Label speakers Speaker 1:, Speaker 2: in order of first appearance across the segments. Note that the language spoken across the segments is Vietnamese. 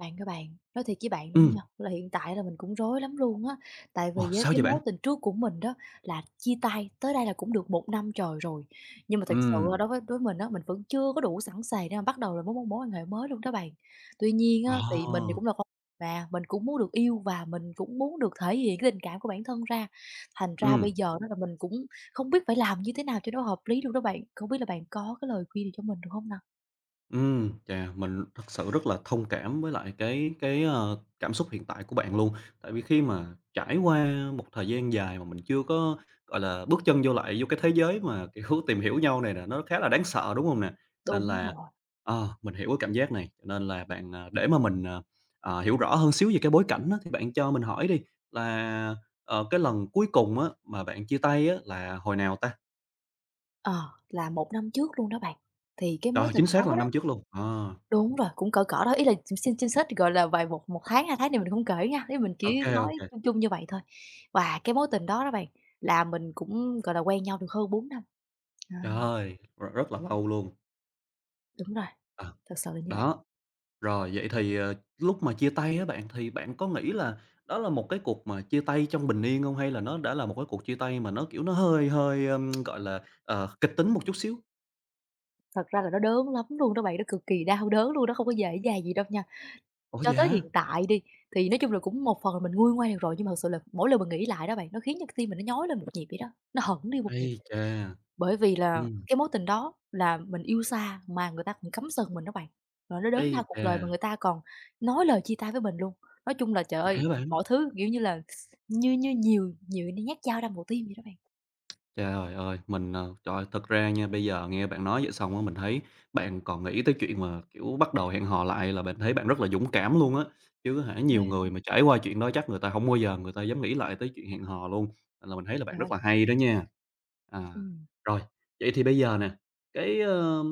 Speaker 1: Các bạn, nói thiệt với bạn luôn
Speaker 2: Ừm,
Speaker 1: nha, là hiện tại là mình cũng rối lắm luôn á. Tại
Speaker 2: ồ,
Speaker 1: vì á,
Speaker 2: sao
Speaker 1: cái
Speaker 2: vậy bạn?
Speaker 1: mối tình trước của mình đó là chia tay tới đây là cũng được 1 năm trời rồi. Nhưng mà thật sự
Speaker 2: Ừm,
Speaker 1: là đối với mình á, mình vẫn chưa có đủ sẵn sàng để mà bắt đầu là mối mối mối quan hệ mới luôn đó bạn. Tuy nhiên á, thì mình thì cũng
Speaker 2: à,
Speaker 1: là con mà mình cũng muốn được yêu và mình cũng muốn được thể hiện cái tình cảm của bản thân ra. Thành ra bây
Speaker 2: ừm,
Speaker 1: giờ đó là mình cũng không biết phải làm như thế nào cho nó hợp lý luôn đó bạn. Không biết là bạn có cái lời khuyên gì cho mình được không nào?
Speaker 2: mình thật sự rất là thông cảm với lại cái cảm xúc hiện tại của bạn luôn. Tại vì khi mà trải qua một thời gian dài mà mình chưa có, gọi là, bước chân vô lại vô cái thế giới mà, kiểu, tìm hiểu nhau này nè, nó khá là đáng sợ, đúng hông nè? Nên
Speaker 1: Đúng
Speaker 2: là,
Speaker 1: rồi.
Speaker 2: mình hiểu cái cảm giác này, cho nên là bạn, để mà mình, hiểu rõ hơn xíu về cái bối cảnh á, thì bạn cho mình hỏi đi là, cái lần cuối cùng á mà bạn chia tay á là hồi nào ta?
Speaker 1: Ờ, là 1 năm trước luôn đó bạn, thì cái mối
Speaker 2: Rồi,
Speaker 1: tình
Speaker 2: chính xác là
Speaker 1: đó đó
Speaker 2: năm trước luôn. Ờ,
Speaker 1: đúng rồi, cũng cỡ cỡ đó, ý là ch xin xin xếp, gọi là, vài một một tháng, 2 tháng thì mình không kể nha, ý mình
Speaker 2: ô
Speaker 1: chỉ
Speaker 2: kê, ô
Speaker 1: nói
Speaker 2: kê.
Speaker 1: chung chung như vậy thôi. Và cái mối tình đó đó bạn, là mình cũng, gọi là, quen nhau được hơn 4 năm. À,
Speaker 2: Trời ơi, rất là lâu luôn.
Speaker 1: đúng rồi,
Speaker 2: Ờ,
Speaker 1: thật sự là như vậy.
Speaker 2: đó, rồi vậy thì, lúc mà chia tay á bạn, thì bạn có nghĩ là đó là một cái cuộc mà chia tay trong bình yên hông? Hay là nó đã là một cái cuộc chia tay mà nó, kiểu, nó hơi hơi, gọi là, kịch tính một chút xíu?
Speaker 1: Thật ra là nó đớn lắm luôn đó bạn, nó cực kỳ đau đớn luôn, nó không có dễ dàng gì đâu nha.
Speaker 2: Ủa,
Speaker 1: Cho
Speaker 2: vậy
Speaker 1: tới hiện
Speaker 2: hả?
Speaker 1: tại đi, thì nói chung là cũng một phần là mình nguôi ngoai được rồi, nhưng mà thật sự là mỗi lần mình nghĩ lại đó bạn, nó khiến cho cái tim mình nó nhói lên một nhịp vậy đó, nó hẫng đi một nhịp.
Speaker 2: Ây chà,
Speaker 1: Bởi vì là
Speaker 2: ừm,
Speaker 1: cái mối tình đó là mình yêu xa mà người ta còn cắm sừng mình đó bạn, rồi nó đến ra
Speaker 2: ây
Speaker 1: cuộc
Speaker 2: chà,
Speaker 1: đời mà người ta còn nói lời chia tay với mình luôn. Nói chung là, trời
Speaker 2: vậy
Speaker 1: ơi,
Speaker 2: hả bạn?
Speaker 1: mọi thứ, kiểu như là, như như nhiều nhiều nhát dao đâm vào tim vậy đó bạn.
Speaker 2: Trời ơi, mình, ờ trời ơi, thật ra nha, bây giờ nghe bạn nói vậy xong á, mình thấy bạn còn nghĩ tới chuyện mà, kiểu, bắt đầu hẹn hò lại là bạn thấy bạn rất là dũng cảm luôn á. Chứ hả,
Speaker 1: Ghê
Speaker 2: nhiều
Speaker 1: ha,
Speaker 2: người mà trải qua chuyện đó chắc người ta không bao giờ người ta dám nghĩ lại tới chuyện hẹn hò luôn, nên là mình thấy là bạn
Speaker 1: trời
Speaker 2: rất
Speaker 1: ơi!
Speaker 2: là hay đó nha. À,
Speaker 1: Ừm.
Speaker 2: rồi, vậy thì bây giờ nè, cái, ơ,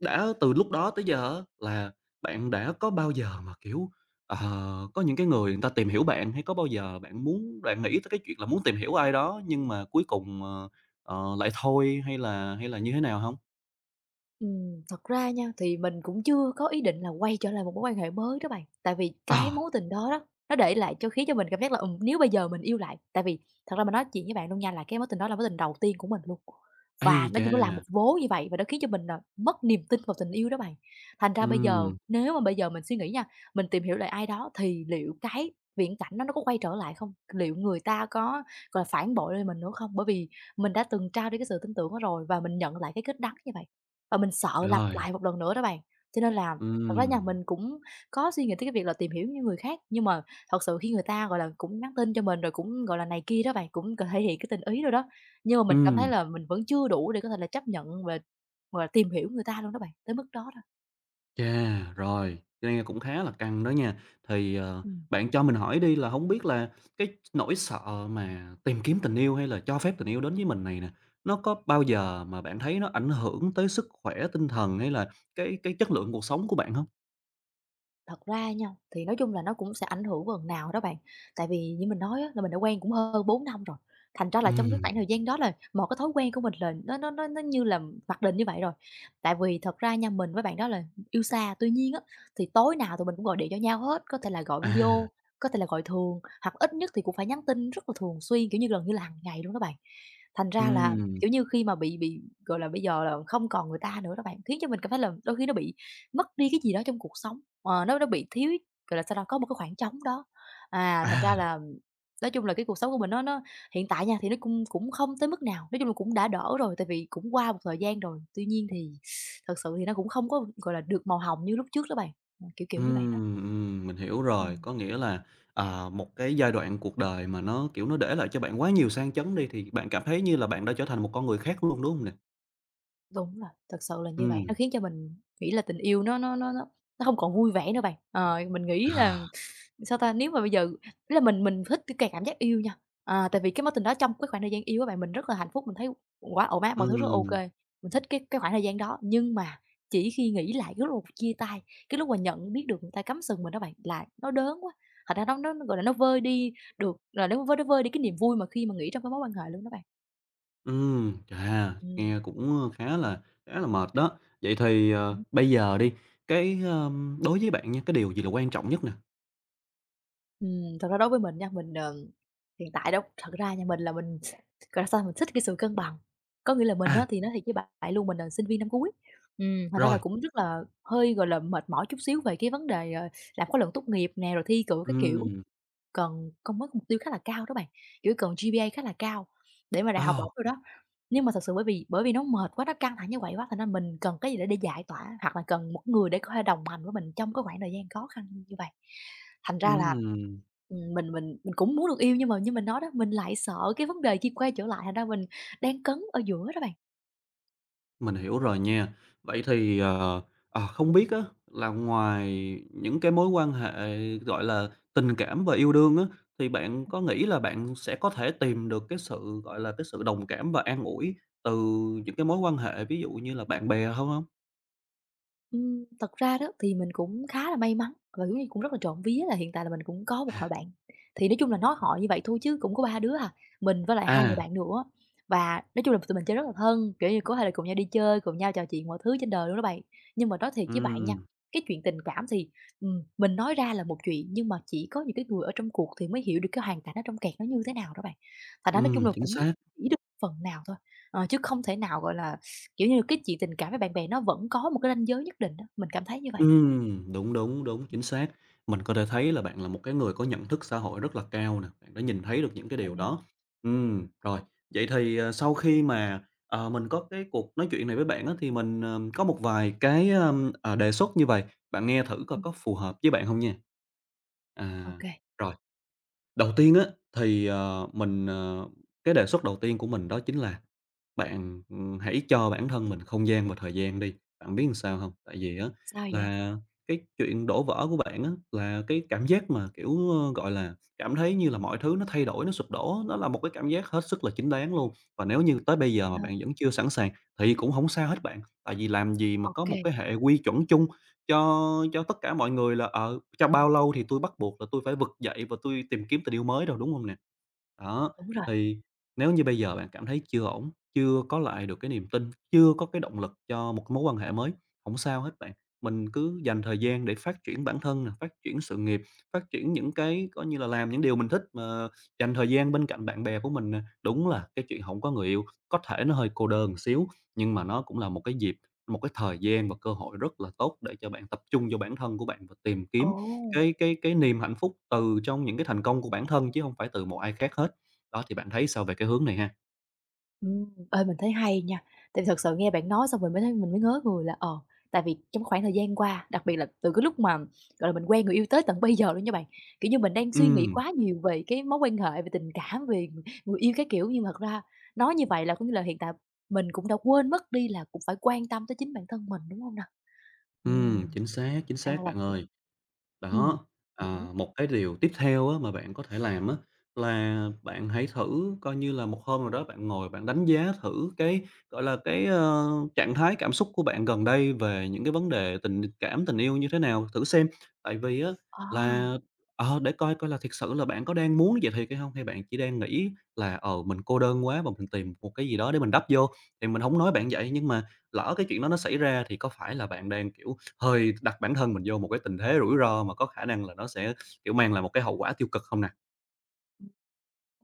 Speaker 2: đã từ lúc đó tới giờ á, là bạn đã có bao giờ mà, kiểu, ờ, có những cái người người ta tìm hiểu bạn, hay có bao giờ bạn muốn bạn nghĩ tới cái chuyện là muốn tìm hiểu ai đó nhưng mà cuối cùng, lại thôi hay là như thế nào hông?
Speaker 1: Thật ra nha, thì mình cũng chưa có ý định là quay trở lại một mối quan hệ mới đó bạn. Tại vì cái
Speaker 2: À,
Speaker 1: mối tình đó đó, nó để lại cho khiến cho mình cảm giác là, nếu bây giờ mình yêu lại tại vì thật ra mình nói chuyện với bạn luôn nha, là cái mối tình đó là mối tình đầu tiên của mình luôn. Và
Speaker 2: ây
Speaker 1: nói
Speaker 2: chà!
Speaker 1: chung nó làm một vố như vậy và nó khiến cho mình, ờ, mất niềm tin vào tình yêu đó bạn. Thành ra bây giờ
Speaker 2: Ừm,
Speaker 1: nếu mà bây giờ mình suy nghĩ nha, mình tìm hiểu lại ai đó thì liệu cái viễn cảnh đó nó có quay trở lại không? Liệu người ta có, gọi là, phản bội lên mình nữa không? Bởi vì mình đã từng trao đi cái sự tin tưởng đó rồi và mình nhận lại cái kết đắng như vậy. Và mình sợ lặp
Speaker 2: Trời,
Speaker 1: lại một lần nữa đó bạn, cho nên là thật ra nhà
Speaker 2: ừm,
Speaker 1: mình cũng có suy nghĩ tới cái việc là tìm hiểu như người khác, nhưng mà thật sự khi người ta, gọi là, cũng nhắn tin cho mình rồi cũng, gọi là, này kia đó bạn, cũng thể hiện cái tình ý rồi đó, nhưng mà mình cảm thấy
Speaker 2: ừm,
Speaker 1: là mình vẫn chưa đủ để có thể là chấp nhận và tìm hiểu người ta luôn đó bạn, tới mức đó đó.
Speaker 2: chà, rồi, nghe cũng khá là căng đó nha. Thì,
Speaker 1: Ừm.
Speaker 2: bạn cho mình hỏi đi là hổng biết là cái nỗi sợ mà tìm kiếm tình yêu hay là cho phép tình yêu đến với mình này nè, nó có bao giờ mà bạn thấy nó ảnh hưởng tới sức khỏe tinh thần hay là cái chất lượng cuộc sống của bạn hông?
Speaker 1: Thật ra nha, thì nói chung là nó cũng sẽ ảnh hưởng phần nào đó bạn. Tại vì như mình nói á, là mình đã quen cũng hơn 4 năm rồi, thành ra là trong cái
Speaker 2: Ừm,
Speaker 1: khoảng thời gian đó là một cái thói quen của mình là nó như là mặc định như vậy rồi. Tại vì thật ra nha, mình với bạn đó là yêu xa, tuy nhiên á, thì tối nào tụi mình cũng gọi điện cho nhau hết, có thể là gọi
Speaker 2: à,
Speaker 1: video, có thể là gọi thường, hoặc ít nhất thì cũng phải nhắn tin rất là thường xuyên, kiểu như, gần như là hàng ngày luôn đó bạn. Thành ra là,
Speaker 2: ừm,
Speaker 1: kiểu như, khi mà bị, gọi là, bây giờ là không còn người ta nữa đó bạn, khiến cho mình cảm thấy là đôi khi nó bị mất đi cái gì đó trong cuộc sống, ờ, nó bị thiếu, gọi là, sao ta, có một cái khoảng trống đó. À, thành
Speaker 2: à.
Speaker 1: ra là nói chung là cái cuộc sống của mình nó hiện tại nha, thì nó cũng cũng không tới mức nào, nói chung là cũng đã đỡ rồi, tại vì cũng qua một thời gian rồi. Tuy nhiên thì thật sự thì nó cũng không có, gọi là, được màu hồng như lúc trước đó bạn, kiểu, kiểu như vậy đó.
Speaker 2: Mình hiểu rồi.
Speaker 1: Ừm.
Speaker 2: Có nghĩa là, một cái giai đoạn cuộc đời mà nó, kiểu, nó để lại cho bạn quá nhiều sang chấn đi, thì bạn cảm thấy như là bạn đã trở thành một con người khác luôn, đúng không nè?
Speaker 1: Đúng rồi, thật sự là như vậy, nó
Speaker 2: Ừm,
Speaker 1: khiến cho mình nghĩ là tình yêu nó nó hông còn vui vẻ nữa bạn. Ờ, mình nghĩ là,
Speaker 2: à,
Speaker 1: sao ta, nếu mà bây giờ ý là mình thích cái cảm giác yêu nha, à, tại vì cái mối tình đó trong cái khoảng thời gian yêu á bạn, mình rất là hạnh phúc, mình thấy quá ổn áp, mọi thứ rất ok
Speaker 2: ừm,
Speaker 1: mình thích cái khoảng thời gian đó. Nhưng mà chỉ khi nghĩ lại cái lúc chia tay, cái lúc mà nhận biết được người ta cắm sừng mình đó bạn, là nó đớn quá, thành ra nó, gọi là, nó vơi đi được là nó vơi đi cái niềm vui mà khi mà nghĩ trong cái mối quan hệ luôn đó bạn. Ừm.
Speaker 2: Nghe cũng khá là mệt đó. Vậy thì, bây giờ đi, đối với bạn nha, cái điều gì là quan trọng nhất nè?
Speaker 1: Thật ra đối với mình nha, mình, ờ, hiện tại đâu thật ra nhà mình là mình, gọi là sao, mình thích cái sự cân bằng. Có nghĩa là mình
Speaker 2: À,
Speaker 1: á thì nói thiệt với bạn bạn luôn, mình là sinh viên năm cuối, thành ra
Speaker 2: rồi,
Speaker 1: là cũng rất là hơi, gọi là, mệt mỏi chút xíu về cái vấn đề, ờ, làm khóa luận tốt nghiệp nè, rồi thi cử cái kiểu
Speaker 2: ừm,
Speaker 1: cần con mất mục tiêu khá là cao đó bạn, kiểu, cần GPA khá là cao để mà đại học
Speaker 2: ờ,
Speaker 1: bổng rồi đó. Nhưng mà thật sự bởi vì nó mệt quá, nó căng thẳng như vậy quá, thành ra mình cần cái gì để giải tỏa, hoặc là cần một người để có thể đồng hành với mình trong cái khoảng thời gian khó khăn như vậy. Thành ra là,
Speaker 2: ừm.
Speaker 1: mình cũng muốn được yêu nhưng mà như mình nói đó, mình lại sợ cái vấn đề khi quay trở lại, thành ra mình đang cấn ở giữa đó bạn.
Speaker 2: Mình hiểu rồi nha. Vậy thì, không biết á là ngoài những cái mối quan hệ, gọi là, tình cảm và yêu đương á, thì bạn có nghĩ là bạn sẽ có thể tìm được cái sự, gọi là, cái sự đồng cảm và an ủi từ những cái mối quan hệ, ví dụ như là bạn bè không hông?
Speaker 1: Thật ra đó thì mình cũng khá là may mắn và, kiểu như, cũng rất là trộm vía là hiện tại là mình cũng có một hội bạn. Thì nói chung là nói hội như vậy thôi chứ cũng có 3 đứa à, mình với lại 2 người
Speaker 2: À,
Speaker 1: bạn nữa. Và nói chung là tụi mình chơi rất là thân, kiểu như, có thể là cùng nhau đi chơi, cùng nhau trò chuyện mọi thứ trên đời luôn đó bạn. Nhưng mà nói thiệt với bạn nha,
Speaker 2: ừm,
Speaker 1: cái chuyện tình cảm thì, mình nói ra là một chuyện nhưng mà chỉ có những cái người ở trong cuộc thì mới hiểu được cái hoàn cảnh ở trong kẹt nó như thế nào đó bạn. Thành ra nói chung là
Speaker 2: chính
Speaker 1: cũng
Speaker 2: xác.
Speaker 1: chỉ được phần nào thôi, ờ, chứ không thể nào, gọi là, kiểu như là, cái chuyện tình cảm với bạn bè nó vẫn có một cái ranh giới nhất định á, mình cảm thấy như vậy.
Speaker 2: Đúng, đúng, đúng, chính xác. Mình có thể thấy là bạn là một cái người có nhận thức xã hội rất là cao nè, bạn đã nhìn thấy được những cái điều
Speaker 1: Vậy hả?
Speaker 2: đó. Rồi, vậy thì, sau khi mà, mình có cái cuộc nói chuyện này với bạn á, thì mình, có một vài cái, đề xuất như vậy bạn nghe thử coi
Speaker 1: Ừm.
Speaker 2: có phù hợp với bạn không nha.
Speaker 1: Ô
Speaker 2: À,
Speaker 1: kê,
Speaker 2: rồi. Đầu tiên á, thì, ờ, mình, ờ cái đề xuất đầu tiên của mình đó chính là bạn, hãy cho bản thân mình không gian và thời gian đi. Bạn biết làm sao không? Tại vì á
Speaker 1: sao vậy?
Speaker 2: là cái chuyện đổ vỡ của bạn á, là cái cảm giác mà, kiểu, gọi là, cảm thấy như là mọi thứ nó thay đổi, nó sụp đổ á, nó là một cái cảm giác hết sức là chính đáng luôn. Và nếu như tới bây giờ
Speaker 1: Vậy
Speaker 2: mà
Speaker 1: ha?
Speaker 2: bạn vẫn chưa sẵn sàng thì cũng không sao hết bạn, tại vì làm gì mà
Speaker 1: Ô
Speaker 2: có
Speaker 1: kê,
Speaker 2: một cái hệ quy chuẩn chung cho tất cả mọi người là, ở trong bao lâu thì tôi bắt buộc là tôi phải vực dậy và tôi tìm kiếm tình yêu mới rồi, đúng không nè? Đó,
Speaker 1: đúng rồi.
Speaker 2: thì nếu như bây giờ bạn cảm thấy chưa ổn, chưa có lại được cái niềm tin, chưa có cái động lực cho một mối quan hệ mới, không sao hết bạn. Mình cứ dành thời gian để phát triển bản thân nè, phát triển sự nghiệp, phát triển những cái coi như là làm những điều mình thích mà dành thời gian bên cạnh bạn bè của mình nè. Đúng là cái chuyện không có người yêu có thể nó hơi cô đơn một xíu, nhưng mà nó cũng là một cái dịp một cái thời gian và cơ hội rất là tốt để cho bạn tập trung vô bản thân của bạn và tìm kiếm
Speaker 1: Ồ!
Speaker 2: cái niềm hạnh phúc từ trong những cái thành công của bản thân chứ không phải từ một ai khác hết. Đó, thì bạn thấy sao về cái hướng này ha?
Speaker 1: Ê, mình thấy hay nha, tại vì thật sự nghe bạn nói xong mình mới thấy mình mới ngớ người là, ờ, tại vì trong khoảng thời gian qua, đặc biệt là từ cái lúc mà, gọi là, mình quen người yêu tới tận bây giờ luôn nha bạn, kiểu như, mình đang suy nghĩ
Speaker 2: Ừm,
Speaker 1: quá nhiều về cái mối quan hệ, về tình cảm, về người người yêu các kiểu, nhưng mà thật ra nói như vậy là có nghĩa là hiện tại mình cũng đã quên mất đi là cũng phải quan tâm tới chính bản thân mình, đúng hông nè? Ừm.
Speaker 2: chính
Speaker 1: Ra
Speaker 2: xác
Speaker 1: là
Speaker 2: bạn
Speaker 1: vậy.
Speaker 2: ơi.
Speaker 1: Ừm,
Speaker 2: Đó,
Speaker 1: hiểu.
Speaker 2: một cái điều tiếp theo á, mà bạn có thể làm á, là bạn hãy thử coi như là một hôm nào đó bạn ngồi bạn đánh giá thử cái, gọi là, trạng thái cảm xúc của bạn gần đây về những cái vấn đề tình cảm, tình yêu như thế nào thử xem. Tại vì á
Speaker 1: À,
Speaker 2: là để coi coi là thiệt sự là bạn có đang muốn vậy thiệt hay không hay bạn chỉ đang nghĩ là, mình cô đơn quá và mình tìm một cái gì đó để mình đắp vô. Thì mình không nói bạn vậy nhưng mà lỡ cái chuyện đó nó xảy ra thì có phải là bạn đang, kiểu, hơi đặt bản thân mình vô một cái tình thế rủi ro mà có khả năng là nó sẽ, kiểu, mang lại một cái hậu quả tiêu cực không nè?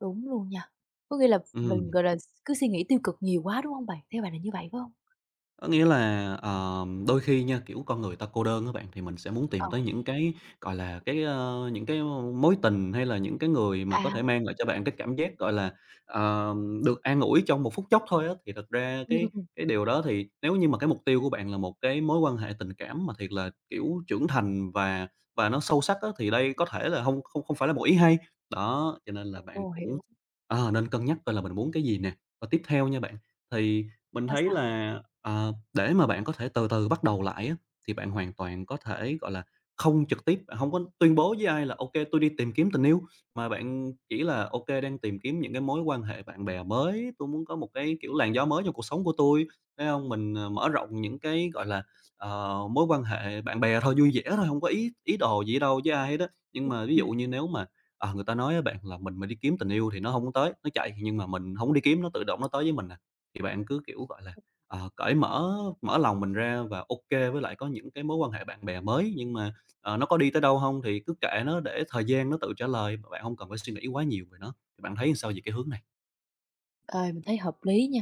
Speaker 1: đúng luôn nha. Có nghĩa là mình,
Speaker 2: Ừm.
Speaker 1: gọi là, cứ suy nghĩ tiêu cực nhiều quá, đúng hông bạn? Theo bạn là như vậy, phải hông?
Speaker 2: Có nghĩa là, đôi khi nha, kiểu, con người ta cô đơn các bạn, thì mình sẽ muốn
Speaker 1: Ờ,
Speaker 2: tìm tới những cái, gọi là, những cái mối tình hay là những cái người mà có
Speaker 1: à,
Speaker 2: thể mang lại cho bạn cái cảm giác, gọi là, ờ, được an ủi trong một phút chốc thôi á. Thì thật ra cái
Speaker 1: ừm.
Speaker 2: cái điều đó thì nếu như mà cái mục tiêu của bạn là một cái mối quan hệ tình cảm mà thiệt là, kiểu, trưởng thành và nó sâu sắc á, thì đây có thể là không không không phải là một ý hay. Đó, cho nên là bạn
Speaker 1: Ồ,
Speaker 2: cũng,
Speaker 1: hiểu,
Speaker 2: nên cân nhắc coi là mình muốn cái gì nè. Và tiếp theo nha bạn, thì mình
Speaker 1: sao,
Speaker 2: thấy
Speaker 1: sao?
Speaker 2: là để mà bạn có thể từ từ bắt đầu lại á, thì bạn hoàn toàn có thể, gọi là, không trực tiếp bạn hông có tuyên bố với ai là "ok, tôi đi tìm kiếm tình yêu." Mà bạn chỉ là ok đang tìm kiếm những cái mối quan hệ bạn bè mới, tôi muốn có một cái, kiểu, làn gió mới trong cuộc sống của tôi. Thấy không? Mình, mở rộng những cái, gọi là, mối quan hệ bạn bè thôi, vui vẻ thôi, không có ý ý đồ gì đâu với ai hết á. Nhưng mà ví dụ
Speaker 1: Ừm,
Speaker 2: như nếu mà, người ta nói với bạn là "Mình mà đi kiếm tình yêu thì nó không có tới, nó chạy." Nhưng mà mình không đi kiếm, nó tự động nó tới với mình à. Thì bạn cứ, kiểu, gọi là, cởi mở mở lòng mình ra và ok với lại có những cái mối quan hệ bạn bè mới, nhưng mà, nó có đi tới đâu không thì cứ kệ nó để thời gian nó tự trả lời, bạn không cần phải suy nghĩ quá nhiều về nó. Thì bạn thấy sao về cái hướng này?
Speaker 1: ờ, mình thấy hợp lý nha.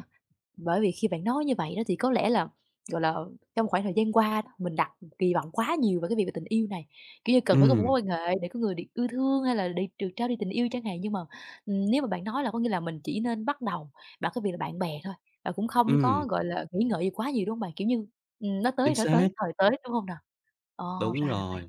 Speaker 1: Bởi vì khi bạn nói như vậy đó thì có lẽ là, gọi là, trong khoảng thời gian qua đó, mình đặt kỳ vọng quá nhiều về cái việc về tình yêu này, kiểu như, cần phải có một
Speaker 2: Ừm,
Speaker 1: mối quan hệ để có người được yêu thương hay là đi được trao đi tình yêu chẳng hạn. Nhưng mà, nếu mà bạn nói là có nghĩa là mình chỉ nên bắt đầu bằng cái việc là bạn bè thôi, và cũng không
Speaker 2: ừm,
Speaker 1: có, gọi là, nghĩ ngợi gì quá nhiều, đúng không bạn? Kiểu như, nó tới
Speaker 2: chính
Speaker 1: thì nó
Speaker 2: xác,
Speaker 1: tới, thời tới, đúng không nào? Ờ,
Speaker 2: đúng
Speaker 1: ra là vậy.
Speaker 2: rồi.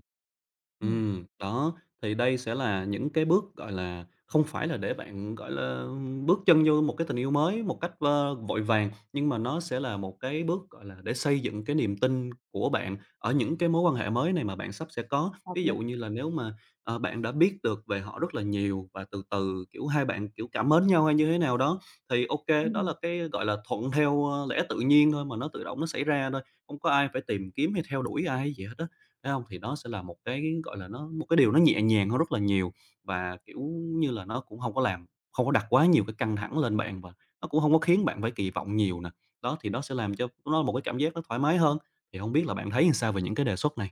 Speaker 1: Ừm,
Speaker 2: Đó, thì đây sẽ là những cái bước, gọi là, không phải là để bạn, gọi là, bước chân vô một cái tình yêu mới một cách, vội vàng, nhưng mà nó sẽ là một cái bước, gọi là, để xây dựng cái niềm tin của bạn ở những cái mối quan hệ mới này mà bạn sắp sẽ có.
Speaker 1: hợp
Speaker 2: Ví
Speaker 1: lý.
Speaker 2: dụ như là nếu mà, bạn đã biết được về họ rất là nhiều và từ từ, kiểu, hai bạn, kiểu, cảm mến nhau hay như thế nào đó, thì ok đó là
Speaker 1: Ừm,
Speaker 2: cái, gọi là, thuận theo, lẽ tự nhiên thôi mà nó tự động nó xảy ra thôi, không có ai phải tìm kiếm hay theo đuổi ai gì hết á. Thấy không? Thì đó sẽ là một cái, gọi là, nó một cái điều nó nhẹ nhàng hơn rất là nhiều và, kiểu như là, nó cũng không có đặt quá nhiều cái căng thẳng lên bạn và nó cũng không có khiến bạn phải kỳ vọng nhiều nè. Đó, thì nó sẽ làm cho nó một cái cảm giác nó thoải mái hơn. Thì không biết là bạn thấy làm sao về những cái đề xuất này?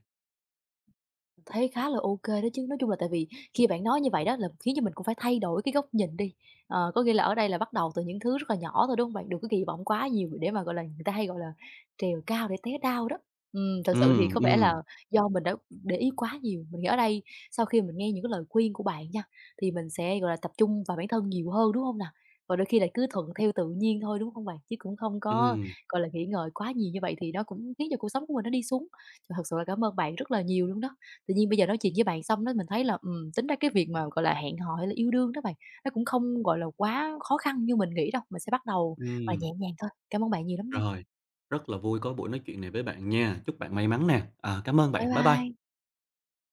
Speaker 1: Thấy khá là ô kê đó chứ. Nói chung là tại vì khi bạn nói như vậy đó là khiến cho mình cũng phải thay đổi cái góc nhìn đi. Ờ, có nghĩa là ở đây là bắt đầu từ những thứ rất là nhỏ thôi, đúng hông bạn? Đừng có kỳ vọng quá nhiều để mà, gọi là, người ta hay gọi là "trèo cao để té đao" đó. Thật
Speaker 2: ừ
Speaker 1: sự thì có
Speaker 2: ừ
Speaker 1: vẻ là do mình đã để ý quá nhiều. Mình nghĩ ở đây sau khi mình nghe những cái lời khuyên của bạn nha, thì mình sẽ, gọi là, tập trung vào bản thân nhiều hơn, đúng hông nè? Và đôi khi là cứ thuận theo tự nhiên thôi, đúng hông bạn? Chứ cũng không có,
Speaker 2: ừm,
Speaker 1: gọi là, nghĩ ngợi quá nhiều như vậy thì nó cũng khiến cho cuộc sống của mình nó đi xuống. Thật sự là cảm ơn bạn rất là nhiều luôn đó. Tự nhiên bây giờ nói chuyện với bạn xong đó mình thấy là, tính ra cái việc mà, gọi là, hẹn hò hay là yêu đương đó bạn, nó cũng không, gọi là, quá khó khăn như mình nghĩ đâu, mình sẽ bắt đầu, gọi là,
Speaker 2: ừm,
Speaker 1: nhẹ nhàng thôi. Cảm ơn bạn nhiều lắm nha.
Speaker 2: rồi. Rất là vui có buổi nói chuyện này với bạn nha. Chúc bạn may mắn nè. À, cảm ơn
Speaker 1: Bye
Speaker 2: bạn. Bye bye.
Speaker 1: bye.